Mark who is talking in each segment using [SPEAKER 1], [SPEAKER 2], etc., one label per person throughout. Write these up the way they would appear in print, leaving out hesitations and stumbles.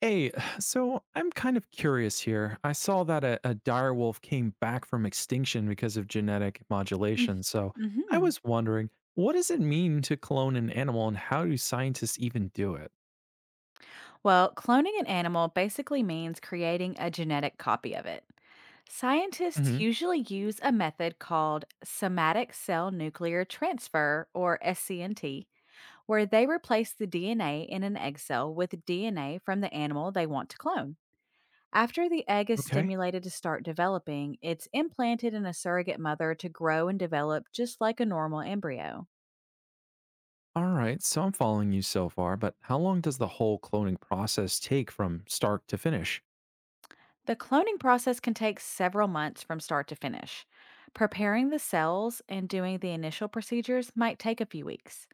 [SPEAKER 1] Hey, so I'm kind of curious here. I saw that a dire wolf came back from extinction because of genetic
[SPEAKER 2] Mm-
[SPEAKER 1] modulation. So I
[SPEAKER 2] mhm.
[SPEAKER 1] was wondering, what does it mean to clone an animal and how do scientists even do it?
[SPEAKER 2] Well, cloning an animal basically means creating a genetic copy of it. Scientists
[SPEAKER 1] Hmm.
[SPEAKER 2] usually use a method called somatic cell nuclear transfer, or SCNT, where they replace the DNA in an egg cell with DNA from the animal they want to clone. After the egg is
[SPEAKER 1] Okay.
[SPEAKER 2] stimulated to start developing, it's implanted in a surrogate mother to grow and develop just like a normal embryo.
[SPEAKER 1] All right. So I'm following you so far, but how long does the whole cloning process take from start to finish?
[SPEAKER 2] The cloning process can take several months from start to finish. Preparing the cells and doing the initial procedures might take a few weeks.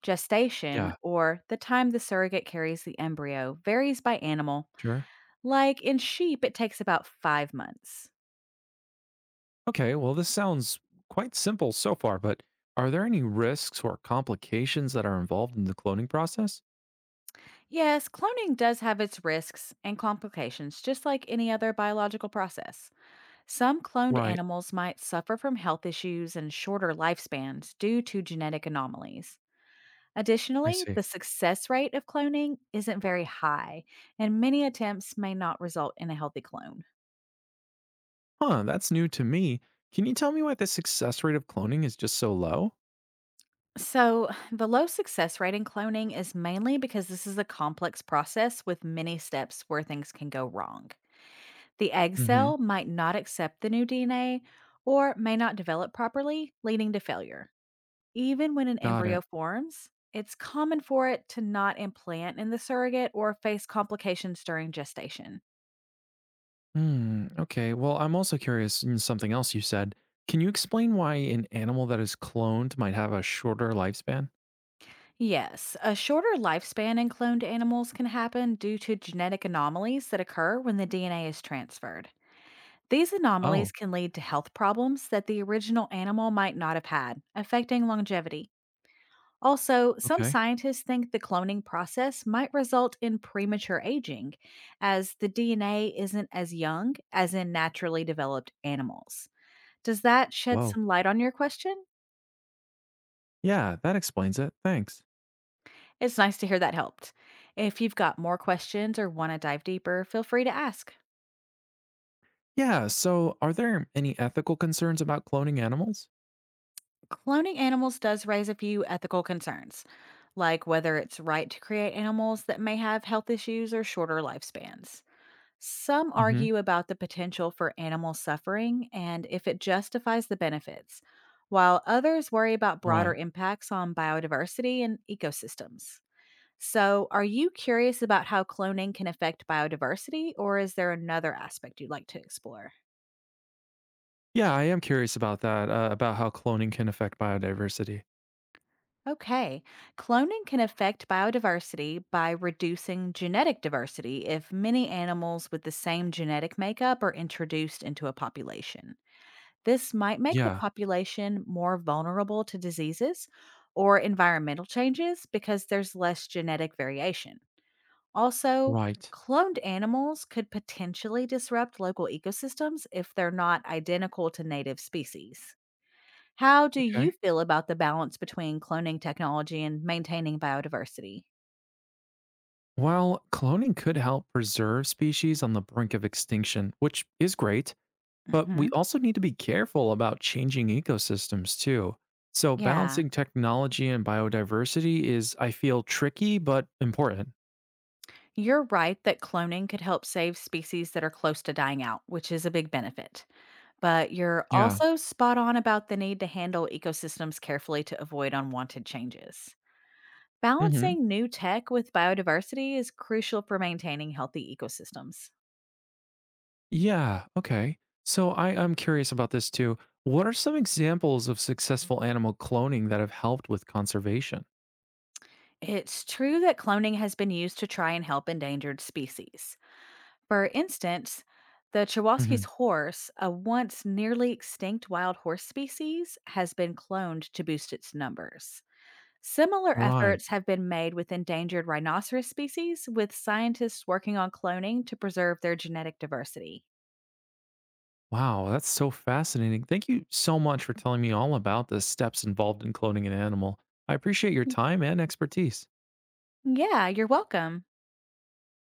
[SPEAKER 2] Gestation,
[SPEAKER 1] Yeah,
[SPEAKER 2] or the time the surrogate carries the embryo, varies by animal.
[SPEAKER 1] sure.
[SPEAKER 2] Like in sheep, it takes about 5 months.
[SPEAKER 1] Okay. Well, this sounds quite simple so far, but are there any risks or complications that are involved in the cloning process?
[SPEAKER 2] Yes, cloning does have its risks and complications, just like any other biological process. Some cloned
[SPEAKER 1] Right.
[SPEAKER 2] animals might suffer from health issues and shorter lifespans due to genetic anomalies.
[SPEAKER 1] I
[SPEAKER 2] Additionally,
[SPEAKER 1] see.
[SPEAKER 2] the success rate of cloning isn't very high, and many attempts may not result in a healthy clone.
[SPEAKER 1] Huh, that's new to me. Can you tell me why the success rate of cloning is just so low?
[SPEAKER 2] So, the low success rate in cloning is mainly because this is a complex process with many steps where things can go wrong. The egg
[SPEAKER 1] Mm-hmm.
[SPEAKER 2] cell might not accept the new DNA or may not develop properly, leading to failure. Even when an
[SPEAKER 1] Got
[SPEAKER 2] embryo
[SPEAKER 1] it.
[SPEAKER 2] forms, it's common for it to not implant in the surrogate or face complications during gestation.
[SPEAKER 1] Hmm. Okay. Well, I'm also curious in something else you said. Can you explain why an animal that is cloned might have a shorter lifespan?
[SPEAKER 2] Yes, a shorter lifespan in cloned animals can happen due to genetic anomalies that occur when the DNA is transferred. These anomalies
[SPEAKER 1] Oh,
[SPEAKER 2] can lead to health problems that the original animal might not have had, affecting longevity. Also, some
[SPEAKER 1] okay.
[SPEAKER 2] scientists think the cloning process might result in premature aging, as the DNA isn't as young as in naturally developed animals. Does that shed
[SPEAKER 1] Whoa.
[SPEAKER 2] some light on your question?
[SPEAKER 1] Yeah, that explains it. Thanks.
[SPEAKER 2] It's nice to hear that helped. If you've got more questions or want to dive deeper, feel free to ask.
[SPEAKER 1] Yeah, so are there any ethical concerns about cloning animals?
[SPEAKER 2] Cloning animals does raise a few ethical concerns, like whether it's right to create animals that may have health issues or shorter lifespans. Some
[SPEAKER 1] Hmm.
[SPEAKER 2] argue about the potential for animal suffering and if it justifies the benefits, while others worry about broader
[SPEAKER 1] Right.
[SPEAKER 2] impacts on biodiversity and ecosystems. So, are you curious about how cloning can affect biodiversity, or is there another aspect you'd like to explore?
[SPEAKER 1] Yeah, I am curious about that, about how cloning can affect biodiversity.
[SPEAKER 2] Okay, cloning can affect biodiversity by reducing genetic diversity if many animals with the same genetic makeup are introduced into a population. This might make the
[SPEAKER 1] Yeah,
[SPEAKER 2] population more vulnerable to diseases or environmental changes because there's less genetic variation. Also,
[SPEAKER 1] right.
[SPEAKER 2] cloned animals could potentially disrupt local ecosystems if they're not identical to native species. How do you
[SPEAKER 1] Okay.
[SPEAKER 2] feel about the balance between cloning technology and maintaining biodiversity?
[SPEAKER 1] While cloning could help preserve species on the brink of extinction, which is great, but we
[SPEAKER 2] Hmm.
[SPEAKER 1] also need to be careful about changing ecosystems too. So,
[SPEAKER 2] Yeah,
[SPEAKER 1] balancing technology and biodiversity is, I feel, tricky but important.
[SPEAKER 2] you're right that cloning could help save species that are close to dying out, which is a big benefit. But you're
[SPEAKER 1] Yeah.
[SPEAKER 2] also spot on about the need to handle ecosystems carefully to avoid unwanted changes.
[SPEAKER 1] Hmm.
[SPEAKER 2] Balancing new tech with biodiversity is crucial for maintaining healthy ecosystems.
[SPEAKER 1] Yeah. Okay. So, I'm curious about this too. What are some examples of successful animal cloning that have helped with conservation?
[SPEAKER 2] It's true that cloning has been used to try and help endangered species. For instance, the
[SPEAKER 1] Hmm.
[SPEAKER 2] Chawaski's horse, a once nearly extinct wild horse species, has been cloned to boost its numbers. Similar
[SPEAKER 1] Right.
[SPEAKER 2] efforts have been made with endangered rhinoceros species, with scientists working on cloning to preserve their genetic diversity.
[SPEAKER 1] Wow, that's so fascinating. Thank you so much for telling me all about the steps involved in cloning an animal. I appreciate your
[SPEAKER 2] Y-
[SPEAKER 1] time and expertise.
[SPEAKER 2] Yeah, you're welcome.